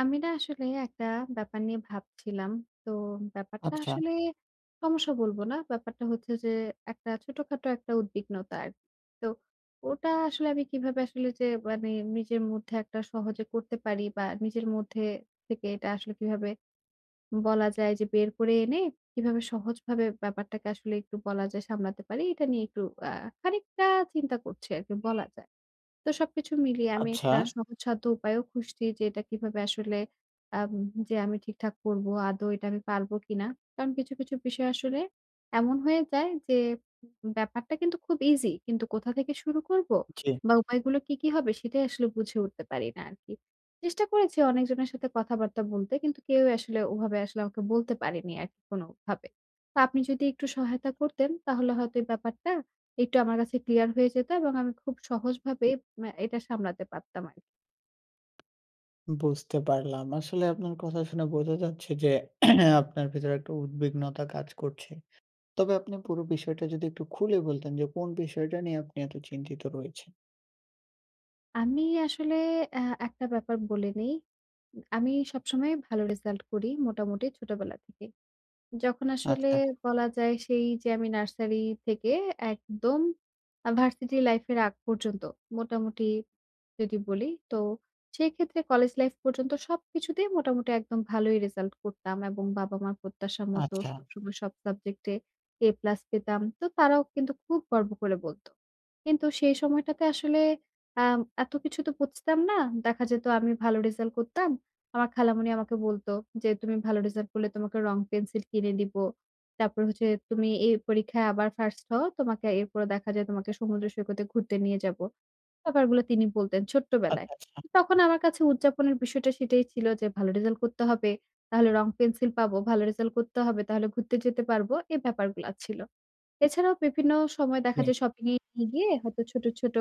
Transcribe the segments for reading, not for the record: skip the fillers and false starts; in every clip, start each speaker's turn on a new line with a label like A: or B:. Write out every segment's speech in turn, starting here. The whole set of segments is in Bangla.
A: আমি না আসলে একটা ব্যাপার নিয়ে ভাবছিলাম। তো ব্যাপারটা
B: আচ্ছা,
A: আসলে সমস্যা বলবো না। ব্যাপারটা হচ্ছে যে একটা ছোটখাটো একটা উদ্বিগ্নতা আরকি। তো ওটা আসলে আমি কিভাবে আসলে যে মানে নিজের মধ্যে একটা সহজে করতে পারি বা নিজের মধ্যে থেকে এটা আসলে কিভাবে বলা যায় যে বের করে এনে কিভাবে সহজভাবে ব্যাপারটাকে আসলে একটু বলা যায় সামলাতে পারি এটা নিয়ে একটু আ খানিকটা চিন্তা করছি আরকি বলা যায়। তো সবকিছু মিলিয়ে আমি
B: আচ্ছা।
A: একটা সহজসাধ্য উপায়েও খুঁজছি যে এটা কিভাবে আসলে আম যে আমি ঠিকঠাক করব। আদৌ এটা আমি পারবো কিনা? কারণ কিছু বিষয় আসলে এমন হয়ে যায় যে ব্যাপারটা কিন্তু খুব ইজি। কিন্তু কোথা থেকে শুরু করব
B: জি,
A: বা উপায়গুলো কি হবে সেটাই আসলে বুঝে উঠতে পারি না আরকি। চেষ্টা করেছি অনেকজনের সাথে কথাবার্তা বলতে কিন্তু কেউই আসলে ওভাবে আসলে আমাকে বলতে পারেনি আরকি কোনোভাবে। তো আপনি যদি একটু সহায়তা করতেন তাহলে হয়তো এই ব্যাপারটা একটু আমার কাছে ক্লিয়ার হয়ে যেত এবং আমি খুব সহজভাবে এটা সামলাতে পারতাম আরকি।
B: বুঝতে পারলাম। আসলে আপনার কথা শুনে বোঝা যাচ্ছে যে আপনার ভেতরে একটা উদ্বিগ্নতা কাজ করছে। তবে আপনি পুরো বিষয়টা যদি একটু খুলে বলতেন যে কোন বিষয়টা নিয়ে আপনি এত চিন্তিত রয়েছেন?
A: আমি আসলে অ্যা একটা ব্যাপার বলে নেই। আমি সবসময় ভালো রেজাল্ট করি মোটামুটি ছোটবেলা থেকে। যখন আসলে
B: আচ্ছা,
A: বলা যায় সেই যে আমি নার্সারি থেকে একদম ভার্সিটি লাইফের আগ পর্যন্ত মোটামুটি যদি বলি, তো সেই ক্ষেত্রে কলেজ লাইফ পর্যন্ত সবকিছুতেই মোটামুটি একদম ভালোই রেজাল্ট করতাম এবং বাবা-মার প্রত্যাশা মতো
B: আচ্ছা,
A: সবসময় সব সাবজেক্টে এ প্লাস পেতাম। তো তারাও কিন্তু খুব গর্ব করে বলত। কিন্তু সেই সময়টাতে আসলে আম এত কিছু তো বুঝতাম না। দেখা যেত আমি ভালো রেজাল্ট করতাম। আমার খালামণি আমাকে বলতো যে, "তুমি ভালো রেজাল্ট করলে তোমাকে রং পেন্সিল কিনে দিব। তারপর হচ্ছে তুমি এই পরীক্ষায় আবার ফার্স্ট হও। তোমাকে এরপরে দেখা যায় তোমাকে সমুদ্র সৈকতে ঘুরতে নিয়ে যাব।" ব্যাপারগুলো তিনি বলতেন ছোট্টবেলায়।
B: আচ্ছা, আচ্ছা।
A: তখন আমার কাছে উদযাপনের বিষয়টা সেটাই ছিল যে, ভালো রেজাল্ট করতে হবে, তাহলে রং পেন্সিল পাবো। ভালো রেজাল্ট করতে হবে, তাহলে ঘুরতে যেতে পারবো। এই ব্যাপারগুলা ছিল। এছাড়াও বিভিন্ন সময়
B: জি,
A: দেখা যায় শপিং এ নিয়ে গিয়ে হয়তো ছোট, ছোট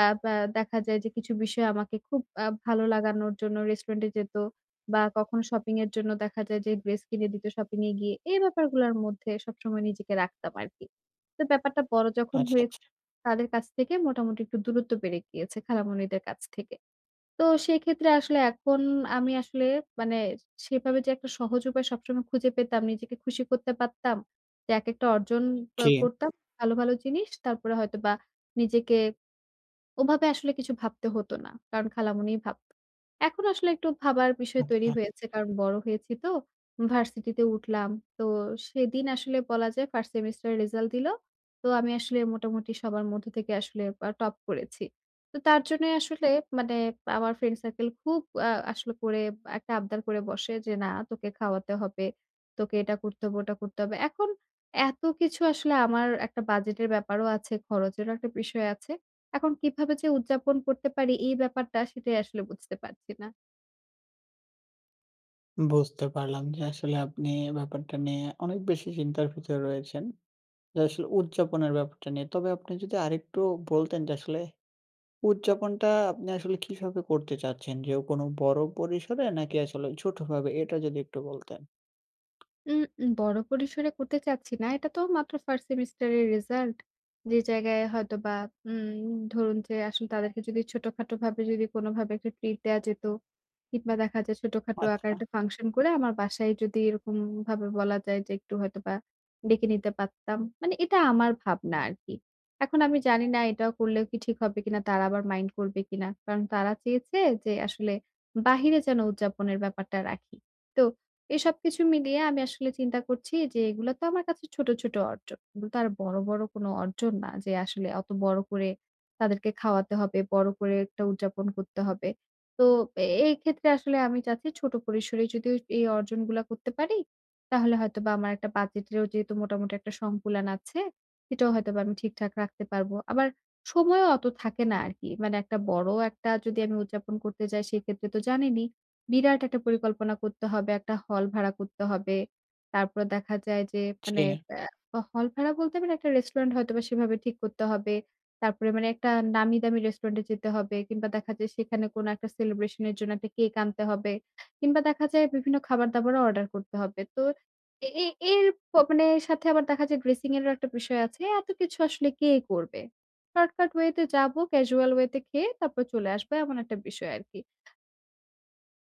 A: আ বা দেখা যায় যে কিছু বিষয় আমাকে খুব ভালো লাগানোর জন্য রেস্টুরেন্টে যেত বা কখনো শপিং এর জন্য দেখা যায় যে ড্রেস কিনে দিত শপিং এ গিয়ে। এই ব্যাপারগুলোর মধ্যে সবসময় নিজেকে রাখতাম আরকি। তো ব্যাপারটা বড় যখন
B: আচ্ছা, আচ্ছা।
A: হয়েছে তাদের কাছ থেকে মোটামুটি একটু দূরত্ব বেড়ে গিয়েছে খালামণিদের কাছ থেকে। তো সেক্ষেত্রে আসলে এখন আমি আসলে মানে সেভাবে যে একটা সহজ উপায় সবসময় খুঁজে পেতাম, নিজেকে খুশি করতে পারতাম যে একেকটা অর্জন
B: জি,
A: করতাম ভালো, ভালো জিনিস। তারপরে হয়তোবা নিজেকে ওভাবে আসলে কিছু ভাবতে হতো না। কারণ খালামণিই ভাবত। এখন আসলে একটু ভাবার বিষয় তৈরি
B: আচ্ছা।
A: হয়েছে। কারণ বড় হয়েছি তো, ভার্সিটিতে উঠলাম। তো সেদিন আসলে বলা যায় ফার্স্ট সেমেস্টারের রেজাল্ট দিল। তো আমি আসলে মোটামুটি সবার মধ্য থেকে আসলে টপ করেছি। তো তার জন্যই আসলে মানে আমার ফ্রেন্ড সার্কেল খুব আ আসলে করে একটা আবদার করে বসে যে, "না তোকে খাওয়াতে হবে, তোকে এটা করতে হবে, ওটা করতে হবে।" এখন এত কিছু আসলে আমার একটা বাজেটের ব্যাপারও আছে, খরচেরও একটা বিষয় আছে। এখন কিভাবে যে উদযাপন করতে পারি এই ব্যাপারটা সেটাই আসলে বুঝতে পারছি না।
B: বুঝতে পারলাম যে আসলে আপনি ব্যাপারটা নিয়ে অনেক বেশি চিন্তার ভিতরে রয়েছেন। যে আসলে উদযাপনের ব্যাপারটা নিয়ে। তবে আপনি যদি আরেকটু বলতেন যে আসলে উদযাপনটা আপনি আসলে কিভাবে করতে চাচ্ছেন? যে কোনো বড় পরিসরে নাকি আসলে ছোটভাবে? এটা যদি একটু বলতেন।
A: উম উম বড় পরিসরে করতে চাচ্ছি না। এটা তো মাত্র ফার্স্ট সেমিস্টারের রেজাল্ট। যে জায়গায় হয়তোবা উম ধরুন যে আসলে তাদেরকে যদি ছোটখাটোভাবে যদি কোনোভাবে একটা ট্রিট দেয়া যেত কিংবা দেখা যায় ছোটখাটো আকারে
B: আচ্ছা।
A: একটা ফাংশন করে আমার বাসায় যদি এরকমভাবে বলা যায় যে একটু হয়তোবা ডেকে নিতে পারতাম। মানে এটা আমার ভাবনা আরকি। এখন আমি জানি না এটাও করলেও কি ঠিক হবে কিনা? তারা আবার মাইন্ড করবে কিনা? কারণ তারা চেয়েছে যে আসলে বাহিরে যেন উদযাপনের ব্যাপারটা রাখি। তো এসব কিছু মিলিয়ে আমি আসলে চিন্তা করছি যে এগুলো তো আমার কাছে ছোট, ছোট অর্জন। এগুলো তো আর বড়, বড় কোনো অর্জন না যে আসলে অত বড় করে তাদেরকে খাওয়াতে হবে, বড় করে একটা উদযাপন করতে হবে। তো এই ক্ষেত্রে আসলে আমি চাচ্ছি ছোট পরিসরে যদি এই অর্জনগুলা করতে পারি, তাহলে হয়তোবা আমার একটা বাজেটেরও যেহেতু মোটামুটি একটা সংকুলান আছে, সেটাও হয়তোবা আমি ঠিকঠাক রাখতে পারবো। আবার সময়ও অত থাকে না আরকি। মানে একটা বড় একটা যদি আমি উদযাপন করতে যাই সেক্ষেত্রে তো জানেনই বিরাট একটা পরিকল্পনা করতে হবে, একটা হল ভাড়া করতে হবে। তারপরে দেখা যায় যে
B: জি,
A: মানে হল ভাড়া বলতে পারেন একটা রেস্টুরেন্ট হয়তোবা সেভাবে ঠিক করতে হবে। তারপরে মানে একটা নামি দামি রেস্টুরেন্টে যেতে হবে কিংবা দেখা যায় সেখানে কোনো একটা সেলিব্রেশন এর জন্য একটা কেক আনতে হবে কিংবা দেখা যায় বিভিন্ন খাবার-দাবারও অর্ডার করতে হবে। তো এ এ এর প মানে সাথে আবার দেখা যায় ড্রেসিং এরও একটা বিষয় আছে। এত কিছু আসলে কে করবে? শর্টকাট ওয়েতে যাবো, ক্যাজুয়াল ওয়েতে খেয়ে তারপর চলে আসবো এমন একটা বিষয় আরকি।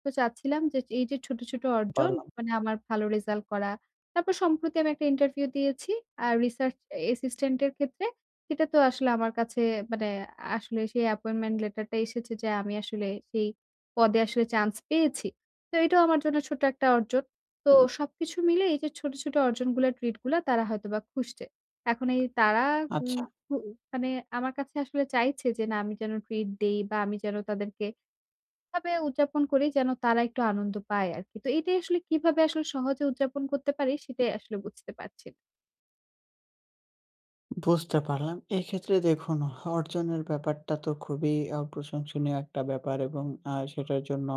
A: তো চাচ্ছিলাম যে এই যে ছোট, ছোট অর্জন
B: পারলাম।
A: মানে আমার ভালো রেজাল্ট করা। তারপর সম্প্রতি আমি একটা ইন্টারভিউ দিয়েছি। আর রিসার্চ অ্যাসিস্ট্যান্ট এর ক্ষেত্রে সেটা তো আসলে আমার কাছে মানে আসলে সেই অ্যাপয়েন্টমেন্ট লেটারটা এসেছে যে আমি আসলে সেই পদে আসলে চান্স পেয়েছি। তো এটাও আমার জন্য ছোট একটা অর্জন। তো সবকিছু মিলে এই যে ছোট, ছোট অর্জনগুলা ট্রিট গুলা তারা হয়তোবা খুঁজছে। এখন এই তারা উম
B: আচ্ছা,
A: হু মানে আমার কাছে আসলে চাইছে যে না আমি যেন ট্রিট দেই বা আমি যেন তাদেরকে ভাবে উদযাপন করি যেন তারা একটু আনন্দ পায় আরকি। তো এটাই আসলে কিভাবে আসলে সহজে উদযাপন করতে পারি সেটাই আসলে বুঝতে পারছি না।
B: বুঝতে পারলাম। এক্ষেত্রে দেখুন অর্জনের ব্যাপারটা তো খুবই প্রশংসনীয় একটা ব্যাপার এবং সেটার জন্য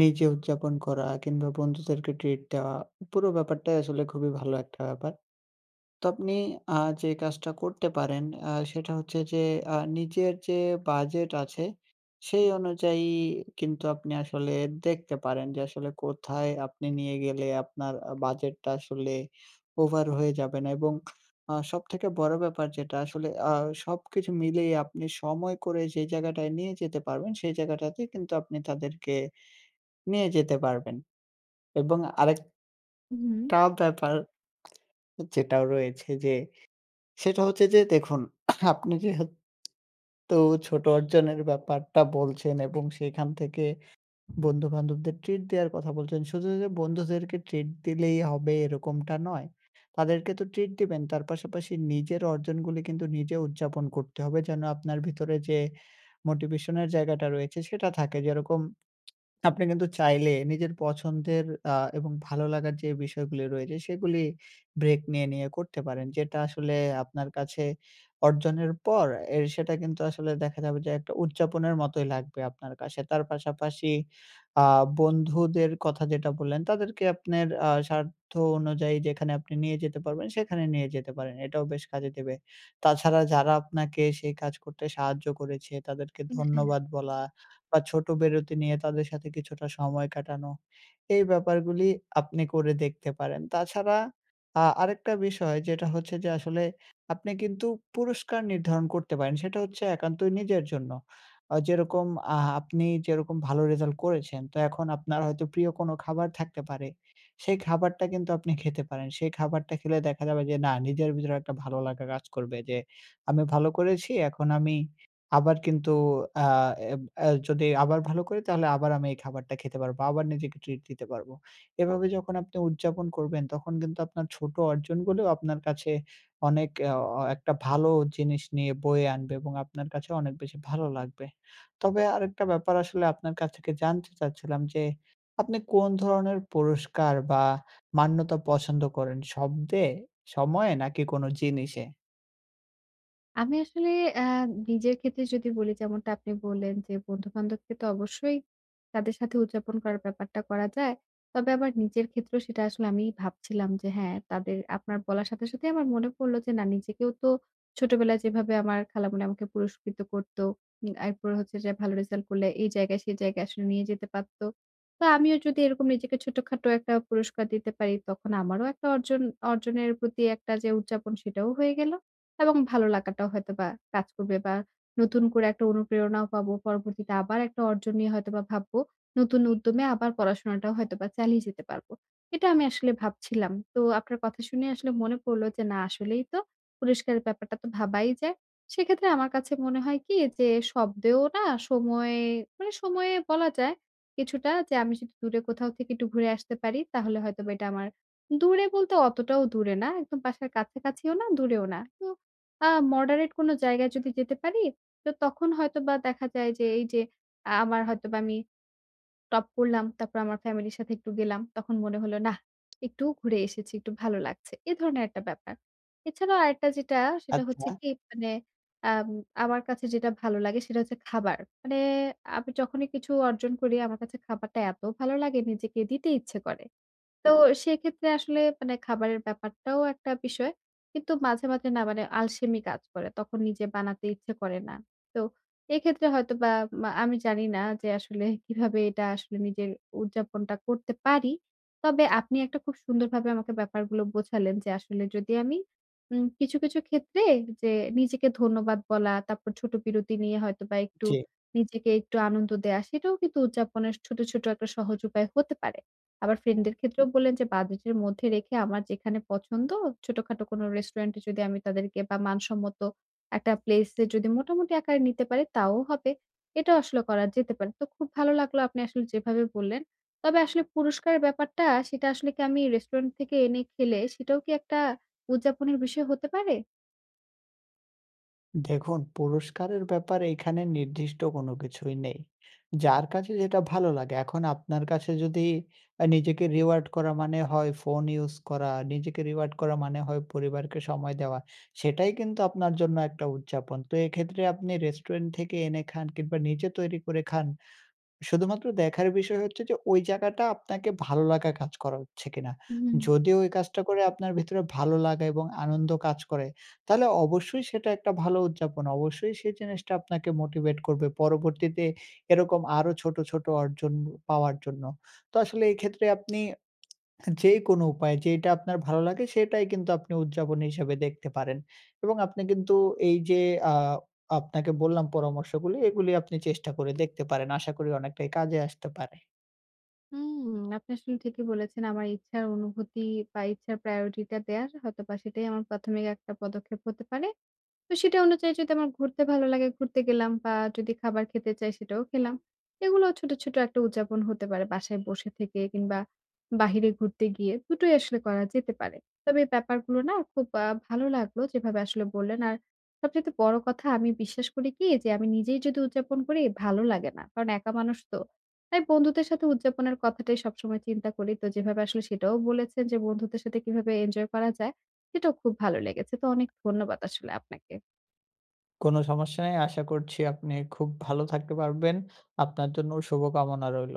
B: নিজে উদযাপন করা কিংবা বন্ধুদেরকে ট্রিট দেওয়া পুরো ব্যাপারটাই আসলে খুবই ভালো একটা ব্যাপার। তো আপনি আ যে কাজটা করতে পারেন সেটা হচ্ছে যে নিজের যে বাজেট আছে সেই অনুযায়ী কিন্তু আপনি আসলে দেখতে পারেন যে আসলে কোথায় আপনি নিয়ে গেলে আপনার বাজেটটা আসলে ওভার হয়ে যাবে না এবং সবথেকে বড় ব্যাপার যেটা আসলে সবকিছু মিলিয়ে আপনি সময় করে যে জায়গাটায় নিয়ে যেতে পারবেন সেই জায়গাটাতে কিন্তু আপনি তাদেরকে নিয়ে যেতে পারবেন। এবং আরেকটা
A: হুম।
B: ব্যাপার যেটাও রয়েছে যে সেটা হচ্ছে যে দেখুন, আপনি যেহেতু ছোট অর্জনের ব্যাপারটা বলছেন এবং সেখান থেকে বন্ধু-বান্ধবদের ট্রিট দেওয়ার কথা বলছেন। শুধু যে বন্ধুদেরকে ট্রিট দিলেই হবে এরকমটা নয়। তাদেরকে তো ট্রিট দিবেন, তার পাশাপাশি নিজের অর্জনগুলি কিন্তু নিজে উদযাপন করতে হবে যেন আপনার ভিতরে যে মোটিভেশন এর জায়গাটা রয়েছে সেটা থাকে। যেরকম আপনি কিন্তু চাইলে নিজের পছন্দের এবং ভালো লাগার যে বিষয়গুলি রয়েছে, সেগুলি ব্রেক নিয়ে করতে পারেন। যেটা আসলে আপনার কাছে অর্জনের পর এর সেটা কিন্তু আসলে দেখা যাবে যে একটা উদযাপনের মতোই লাগবে আপনার কাছে। তার পাশাপাশি আ বন্ধুদের কথা যেটা বললেন, তাদেরকে আপনার সাধ্য অনুযায়ী যেখানে আপনি নিয়ে যেতে পারবেন, সেখানে নিয়ে যেতে পারেন। এটাও বেশ কাজে দেবে। তাছাড়া যারা আপনাকে সেই কাজ করতে সাহায্য করেছে, তাদেরকে ধন্যবাদ বলা বা ছোট বিরতি নিয়ে তাদের সাথে কিছুটা সময় কাটানো। এই ব্যাপারগুলি আপনি করে দেখতে পারেন। তাছাড়া আরেকটা বিষয় যেটা হচ্ছে যে আসলে আপনি কিন্তু পুরস্কার নির্ধারণ করতে পারেন। সেটা হচ্ছে একান্তই নিজের জন্য। যেরকম আপনি যেরকম ভালো রেজাল্ট করেছেন, তো এখন আপনার হয়তো প্রিয় কোনো খাবার থাকতে পারে। সেই খাবারটা কিন্তু আপনি খেতে পারেন। সেই খাবারটা খেলে দেখা যাবে যে না নিজের ভিতরে একটা ভালো লাগা কাজ করবে যে আমি ভালো করেছি। এখন আমি আবার কিন্তু আ এব অ্যা যদি আবার ভালো করি তাহলে আবার আমি এই খাবারটা খেতে পারবো। আবার নিজেকে ট্রিট দিতে পারবো। এভাবে যখন আপনি উদযাপন করবেন তখন কিন্তু আপনার ছোট অর্জনগুলো আপনার কাছে অনেক অ অ একটা ভালো জিনিস নিয়ে বয়ে আনবে এবং আপনার কাছে অনেক বেশি ভালো লাগবে। তবে আরেকটা ব্যাপার আসলে আপনার কাছ থেকে জানতে চাচ্ছিলাম যে, আপনি কোন ধরনের পুরস্কার বা মান্যতা পছন্দ করেন? শব্দে, সময়ে নাকি কোনো জিনিসে?
A: আমি আসলে আ নিজের ক্ষেত্রে যদি বলি যেমনটা আপনি বললেন যে, বন্ধু-বান্ধবকে তো অবশ্যই তাদের সাথে উদযাপন করার ব্যাপারটা করা যায়। তবে আবার নিজের ক্ষেত্রেও সেটা আসলে আমি ভাবছিলাম যে হ্যাঁ, তাদের আপনার বলার সাথে আমার মনে পড়ল যে না নিজেকেও তো ছোটবেলায় যেভাবে আমার খালামণি আমাকে পুরস্কৃত করত। এরপরে হচ্ছে যে ভালো রেজাল্ট করলে এই জায়গায় সেই জায়গায় আসলে নিয়ে যেতে পারত। তো আমিও যদি এরকম নিজেকে ছোটখাটো একটা পুরস্কার দিতে পারি তখন আমারও একটা অর্জনের প্রতি একটা যে উদযাপন সেটাও হয়ে গেল। এবং ভালো লাগাটাও হয়তোবা কাজ করবে বা নতুন করে একটা অনুপ্রেরণাও পাবো। পরবর্তীতে আবার একটা অর্জন নিয়ে হয়তোবা ভাববো। নতুন উদ্যমে আবার পড়াশোনাটাও হয়তোবা চালিয়ে যেতে পারবো। এটা আমি আসলে ভাবছিলাম। তো আপনার কথা শুনে আসলে মনে পড়ল যে না আসলেই তো পুরস্কারের ব্যাপারটা তো ভাবাই যায়। সেক্ষেত্রে আমার কাছে মনে হয় কি যে শব্দেও না সময়ে মানে সময়ে বলা যায় কিছুটা যে আমি যদি দূরে কোথাও থেকে একটু ঘুরে আসতে পারি তাহলে হয়তোবা এটা আমার দূরে বলতে অতটাও দূরে না। একদম বাসার কাছাকাছিও না, দূরেও না। তো আ মডারেট কোনো জায়গায় যদি যেতে পারি, তো তখন হয়তোবা দেখা যায় যে এই যে আমার হয়তোবা আমি টপ করলাম। তারপর আমার ফ্যামিলির সাথে একটু গেলাম। তখন মনে হলো, "নাহ! একটু ঘুরে এসেছি, একটু ভালো লাগছে।" এ ধরনের একটা ব্যাপার। এছাড়াও আরেকটা যেটা, সেটা
B: আচ্ছা,
A: হচ্ছে কি মানে আম আমার কাছে যেটা ভালো লাগে সেটা হচ্ছে খাবার। মানে আমি যখনই কিছু অর্জন করি, আমার কাছে খাবারটা এত ভালো লাগে নিজেকে দিতে ইচ্ছে করে। তো সেক্ষেত্রে আসলে মানে খাবারের ব্যাপারটাও একটা বিষয়। কিন্তু মাঝে না মানে আলসেমি কাজ করে। তখন নিজে বানাতে ইচ্ছে করে না। তো এক্ষেত্রে হয়তোবা আমি জানি না যে আসলে কিভাবে এটা আসলে নিজের উদযাপনটা করতে পারি। তবে আপনি একটা খুব সুন্দরভাবে আমাকে ব্যাপারগুলো বোঝালেন যে আসলে যদি আমি কিছু, কিছু ক্ষেত্রে যে নিজেকে ধন্যবাদ বলা, তারপর ছোট বিরতি নিয়ে হয়তোবা একটু
B: জি।
A: নিজেকে একটু আনন্দ দেয়া, সেটাও কিন্তু উদযাপনের ছোট, ছোট একটা সহজ উপায় হতে পারে। আবার ফ্রেন্ডদের ক্ষেত্রেও বললেন যে বাজেটের মধ্যে রেখে আমার যেখানে পছন্দ ছোটখাটো কোনো রেস্টুরেন্টে যদি আমি তাদেরকে বা মানসম্মত একটা প্লেসে যদি মোটামুটি আকারে নিতে পারি তাও হবে। এটা আসলে করা যেতে পারে। তো খুব ভালো লাগলো আপনি আসলে যেভাবে বললেন। তবে আসলে পুরস্কারের ব্যাপারটা সেটা আসলে কি আমি রেস্টুরেন্ট থেকে এনে খেলে সেটাও কি একটা উদযাপনের বিষয় হতে পারে?
B: দেখুন, পুরস্কারের ব্যাপারে এখানে নির্দিষ্ট কোনো কিছুই নেই। যার কাছে যেটা ভালো লাগে। এখন আপনার কাছে যদি নিজেকে রিওয়ার্ড করা মানে হয় ফোন ইউজ করা, নিজেকে রিওয়ার্ড করা মানে হয় পরিবারকে সময় দেওয়া। সেটাই কিন্তু আপনার জন্য একটা উদযাপন। তো এক্ষেত্রে আপনি রেস্টুরেন্ট থেকে এনে খান কিংবা নিজে তৈরি করে খান। শুধুমাত্র দেখার বিষয় হচ্ছে যে ওই জায়গাটা আপনাকে ভালো লাগা কাজ করা হচ্ছে কিনা।
A: হুম।
B: যদি ওই কাজটা করে আপনার ভিতরে ভালো লাগা এবং আনন্দ কাজ করে, তাহলে অবশ্যই সেটা একটা ভালো উদযাপন। অবশ্যই সেই জিনিসটা আপনাকে মোটিভেট করবে পরবর্তীতে এরকম আরো ছোট, ছোট অর্জন পাওয়ার জন্য। তো আসলে এই ক্ষেত্রে আপনি যে কোনো উপায়ে যেটা আপনার ভালো লাগে সেটাই কিন্তু আপনি উদযাপন হিসেবে দেখতে পারেন। এবং আপনি কিন্তু এই যে আ আপনাকে বললাম পরামর্শগুলি এগুলি আপনি চেষ্টা করে দেখতে পারেন। আশা করি অনেকটাই কাজে আসতে পারে।
A: হুম, আপনি আসলে ঠিকই বলেছেন। আমার ইচ্ছার অনুভূতি বা ইচ্ছার প্রায়োরিটিটা দেয়ার হয়তোবা সেটাই আমার প্রাথমিক একটা পদক্ষেপ হতে পারে। তো সেটা অনুযায়ী যদি আমার ঘুরতে ভালো লাগে ঘুরতে গেলাম বা যদি খাবার খেতে চাই সেটাও খেলাম। এগুলো ছোট, ছোট একটা উদযাপন হতে পারে বাসায় বসে থেকে কিংবা বাহিরে ঘুরতে গিয়ে দুটোই আসলে করা যেতে পারে। তবে এই ব্যাপারগুলো না খুব ভালো লাগলো যেভাবে আসলে বললেন। আর সবচাইতে বড় কথা আমি বিশ্বাস করি কি যে আমি নিজেই যদি উদযাপন করি ভালো লাগে না। কারণ একা মানুষ তো। তাই বন্ধুদের সাথে উদযাপনের কথাটাই সবসময় চিন্তা করি। তো যেভাবে আসলে সেটাও বলেছেন যে বন্ধুদের সাথে কিভাবে এনজয় করা যায় সেটাও খুব ভালো লেগেছে। তো অনেক ধন্যবাদ আসলে আপনাকে।
B: কোনো সমস্যা নেই। আশা করছি আপনি খুব ভালো থাকতে পারবেন। আপনার জন্য শুভকামনা রইল।